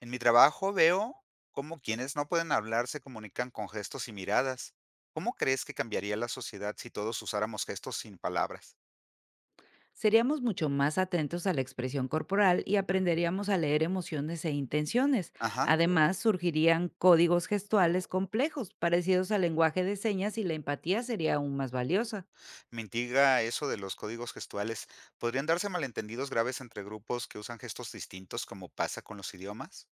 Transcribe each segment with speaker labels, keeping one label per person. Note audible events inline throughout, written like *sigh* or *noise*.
Speaker 1: En mi trabajo veo cómo quienes no pueden hablar se comunican con gestos y miradas. ¿Cómo crees que cambiaría la sociedad si todos usáramos gestos sin palabras?
Speaker 2: Seríamos mucho más atentos a la expresión corporal y aprenderíamos a leer emociones e intenciones.
Speaker 1: Ajá,
Speaker 2: Además, surgirían códigos gestuales complejos, parecidos al lenguaje de señas, y la empatía sería aún más valiosa.
Speaker 1: me intriga eso de los códigos gestuales. ¿Podrían darse malentendidos graves entre grupos que usan gestos distintos como pasa con los idiomas?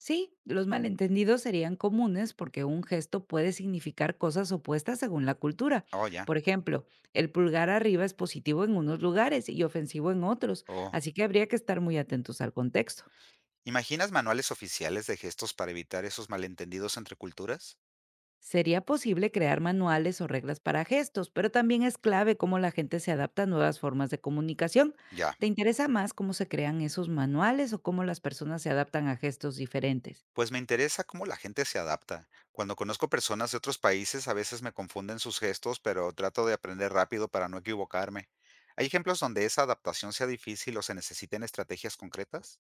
Speaker 2: Sí, los malentendidos serían comunes porque un gesto puede significar cosas opuestas según la cultura.
Speaker 1: Oh, ya.
Speaker 2: Por ejemplo, el pulgar arriba es positivo en unos lugares y ofensivo en otros,
Speaker 1: Oh.
Speaker 2: así que habría que estar muy atentos al contexto.
Speaker 1: ¿Imaginas manuales oficiales de gestos para evitar esos malentendidos entre culturas?
Speaker 2: Sería posible crear manuales o reglas para gestos, pero también es clave cómo la gente se adapta a nuevas formas de comunicación.
Speaker 1: Ya.
Speaker 2: ¿Te interesa más cómo se crean esos manuales o cómo las personas se adaptan a gestos diferentes?
Speaker 1: Pues me interesa cómo la gente se adapta. Cuando conozco personas de otros países, a veces me confunden sus gestos, pero trato de aprender rápido para no equivocarme. ¿Hay ejemplos donde esa adaptación sea difícil o se necesiten estrategias concretas?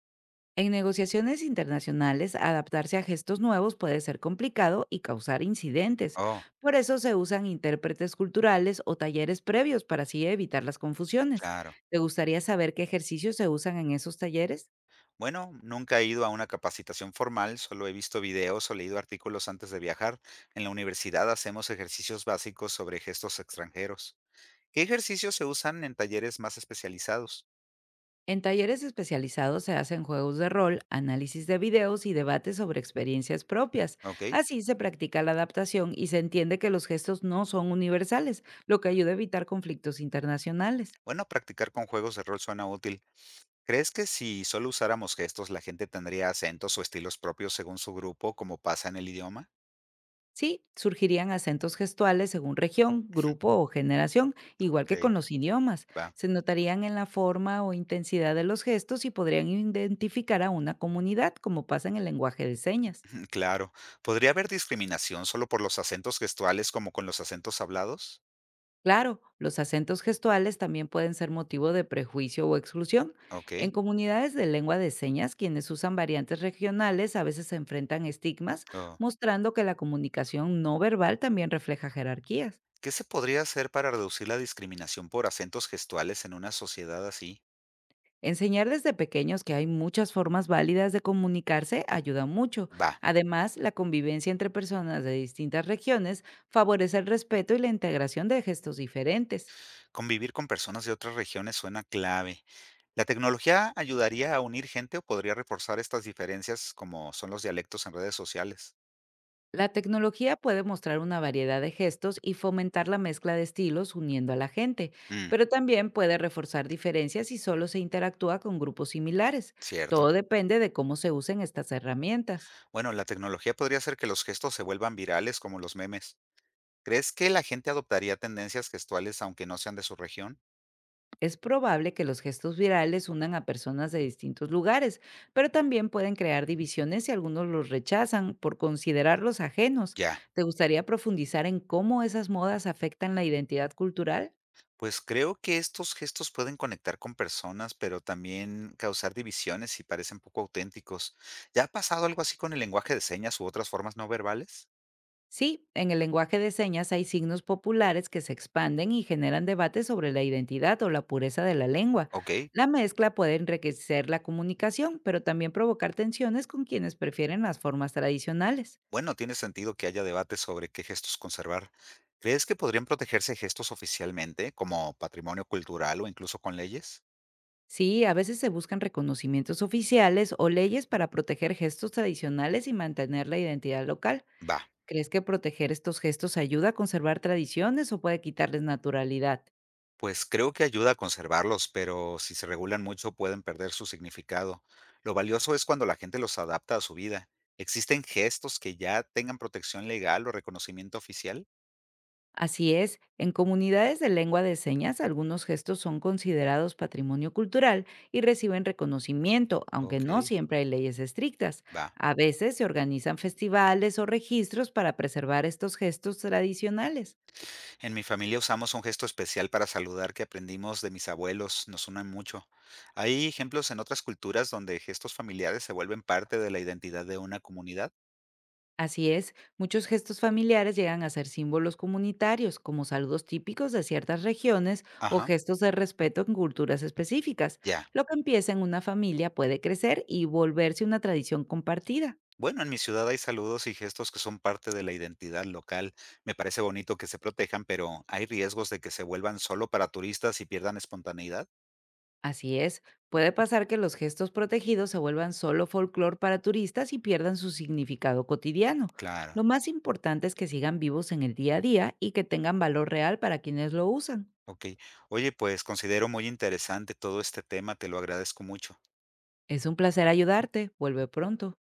Speaker 2: En negociaciones internacionales, adaptarse a gestos nuevos puede ser complicado y causar incidentes.
Speaker 1: Oh,
Speaker 2: Por eso se usan intérpretes culturales o talleres previos para así evitar las confusiones.
Speaker 1: claro.
Speaker 2: ¿Te gustaría saber qué ejercicios se usan en esos talleres?
Speaker 1: Bueno, nunca he ido a una capacitación formal, solo he visto videos o leído artículos antes de viajar. En la universidad hacemos ejercicios básicos sobre gestos extranjeros. ¿Qué ejercicios se usan en talleres más especializados?
Speaker 2: En talleres especializados se hacen juegos de rol, análisis de videos y debates sobre experiencias propias.
Speaker 1: Ok.
Speaker 2: Así se practica la adaptación y se entiende que los gestos no son universales, lo que ayuda a evitar conflictos internacionales.
Speaker 1: Bueno, practicar con juegos de rol suena útil. ¿Crees que si solo usáramos gestos, la gente tendría acentos o estilos propios según su grupo, como pasa en el idioma?
Speaker 2: Sí, surgirían acentos gestuales según región, grupo o generación, igual que con
Speaker 1: Ok,
Speaker 2: los idiomas.
Speaker 1: va.
Speaker 2: Se notarían en la forma o intensidad de los gestos y podrían identificar a una comunidad, como pasa en el lenguaje de señas.
Speaker 1: *laughs* Claro. ¿Podría haber discriminación solo por los acentos gestuales como con los acentos hablados?
Speaker 2: Claro, los acentos gestuales también pueden ser motivo de prejuicio o exclusión.
Speaker 1: Ok.
Speaker 2: En comunidades de lengua de señas, quienes usan variantes regionales a veces se enfrentan estigmas,
Speaker 1: Oh.
Speaker 2: mostrando que la comunicación no verbal también refleja jerarquías.
Speaker 1: ¿Qué se podría hacer para reducir la discriminación por acentos gestuales en una sociedad así?
Speaker 2: Enseñar desde pequeños que hay muchas formas válidas de comunicarse ayuda mucho.
Speaker 1: Va.
Speaker 2: Además, la convivencia entre personas de distintas regiones favorece el respeto y la integración de gestos diferentes.
Speaker 1: Convivir con personas de otras regiones suena clave. ¿La tecnología ayudaría a unir gente o podría reforzar estas diferencias como son los dialectos en redes sociales?
Speaker 2: La tecnología puede mostrar una variedad de gestos y fomentar la mezcla de estilos, uniendo a la gente,
Speaker 1: Mm,
Speaker 2: pero también puede reforzar diferencias si solo se interactúa con grupos similares.
Speaker 1: cierto.
Speaker 2: Todo depende de cómo se usen estas herramientas.
Speaker 1: Bueno, la tecnología podría hacer que los gestos se vuelvan virales como los memes. ¿Crees que la gente adoptaría tendencias gestuales aunque no sean de su región?
Speaker 2: Es probable que los gestos virales unan a personas de distintos lugares, pero también pueden crear divisiones si algunos los rechazan por considerarlos ajenos.
Speaker 1: Ya,
Speaker 2: ¿Te gustaría profundizar en cómo esas modas afectan la identidad cultural?
Speaker 1: pues creo que estos gestos pueden conectar con personas, pero también causar divisiones si parecen poco auténticos. ¿Ya ha pasado algo así con el lenguaje de señas u otras formas no verbales?
Speaker 2: Sí, en el lenguaje de señas hay signos populares que se expanden y generan debates sobre la identidad o la pureza de la lengua.
Speaker 1: Ok,
Speaker 2: La mezcla puede enriquecer la comunicación, pero también provocar tensiones con quienes prefieren las formas tradicionales.
Speaker 1: bueno, tiene sentido que haya debate sobre qué gestos conservar. ¿Crees que podrían protegerse gestos oficialmente, como patrimonio cultural o incluso con leyes?
Speaker 2: Sí, a veces se buscan reconocimientos oficiales o leyes para proteger gestos tradicionales y mantener la identidad local.
Speaker 1: Va.
Speaker 2: ¿Crees que proteger estos gestos ayuda a conservar tradiciones o puede quitarles naturalidad?
Speaker 1: Pues creo que ayuda a conservarlos, pero si se regulan mucho pueden perder su significado. Lo valioso es cuando la gente los adapta a su vida. ¿Existen gestos que ya tengan protección legal o reconocimiento oficial?
Speaker 2: Así es, en comunidades de lengua de señas algunos gestos son considerados patrimonio cultural y reciben reconocimiento, aunque
Speaker 1: Ok,
Speaker 2: no siempre hay leyes estrictas.
Speaker 1: va.
Speaker 2: A veces se organizan festivales o registros para preservar estos gestos tradicionales.
Speaker 1: En mi familia usamos un gesto especial para saludar que aprendimos de mis abuelos, nos unen mucho. ¿Hay ejemplos en otras culturas donde gestos familiares se vuelven parte de la identidad de una comunidad?
Speaker 2: Así es, muchos gestos familiares llegan a ser símbolos comunitarios, como saludos típicos de ciertas regiones o
Speaker 1: Ajá,
Speaker 2: gestos de respeto en culturas específicas.
Speaker 1: ya.
Speaker 2: Lo que empieza en una familia puede crecer y volverse una tradición compartida.
Speaker 1: Bueno, en mi ciudad hay saludos y gestos que son parte de la identidad local. Me parece bonito que se protejan, pero ¿hay riesgos de que se vuelvan solo para turistas y pierdan espontaneidad?
Speaker 2: Así es, puede pasar que los gestos protegidos se vuelvan solo folclore para turistas y pierdan su significado cotidiano. Lo
Speaker 1: Claro.
Speaker 2: más importante es que sigan vivos en el día a día y que tengan valor real para quienes lo usan.
Speaker 1: Ok. Oye, pues considero muy interesante todo este tema, te lo agradezco mucho.
Speaker 2: Es un placer ayudarte. Vuelve pronto.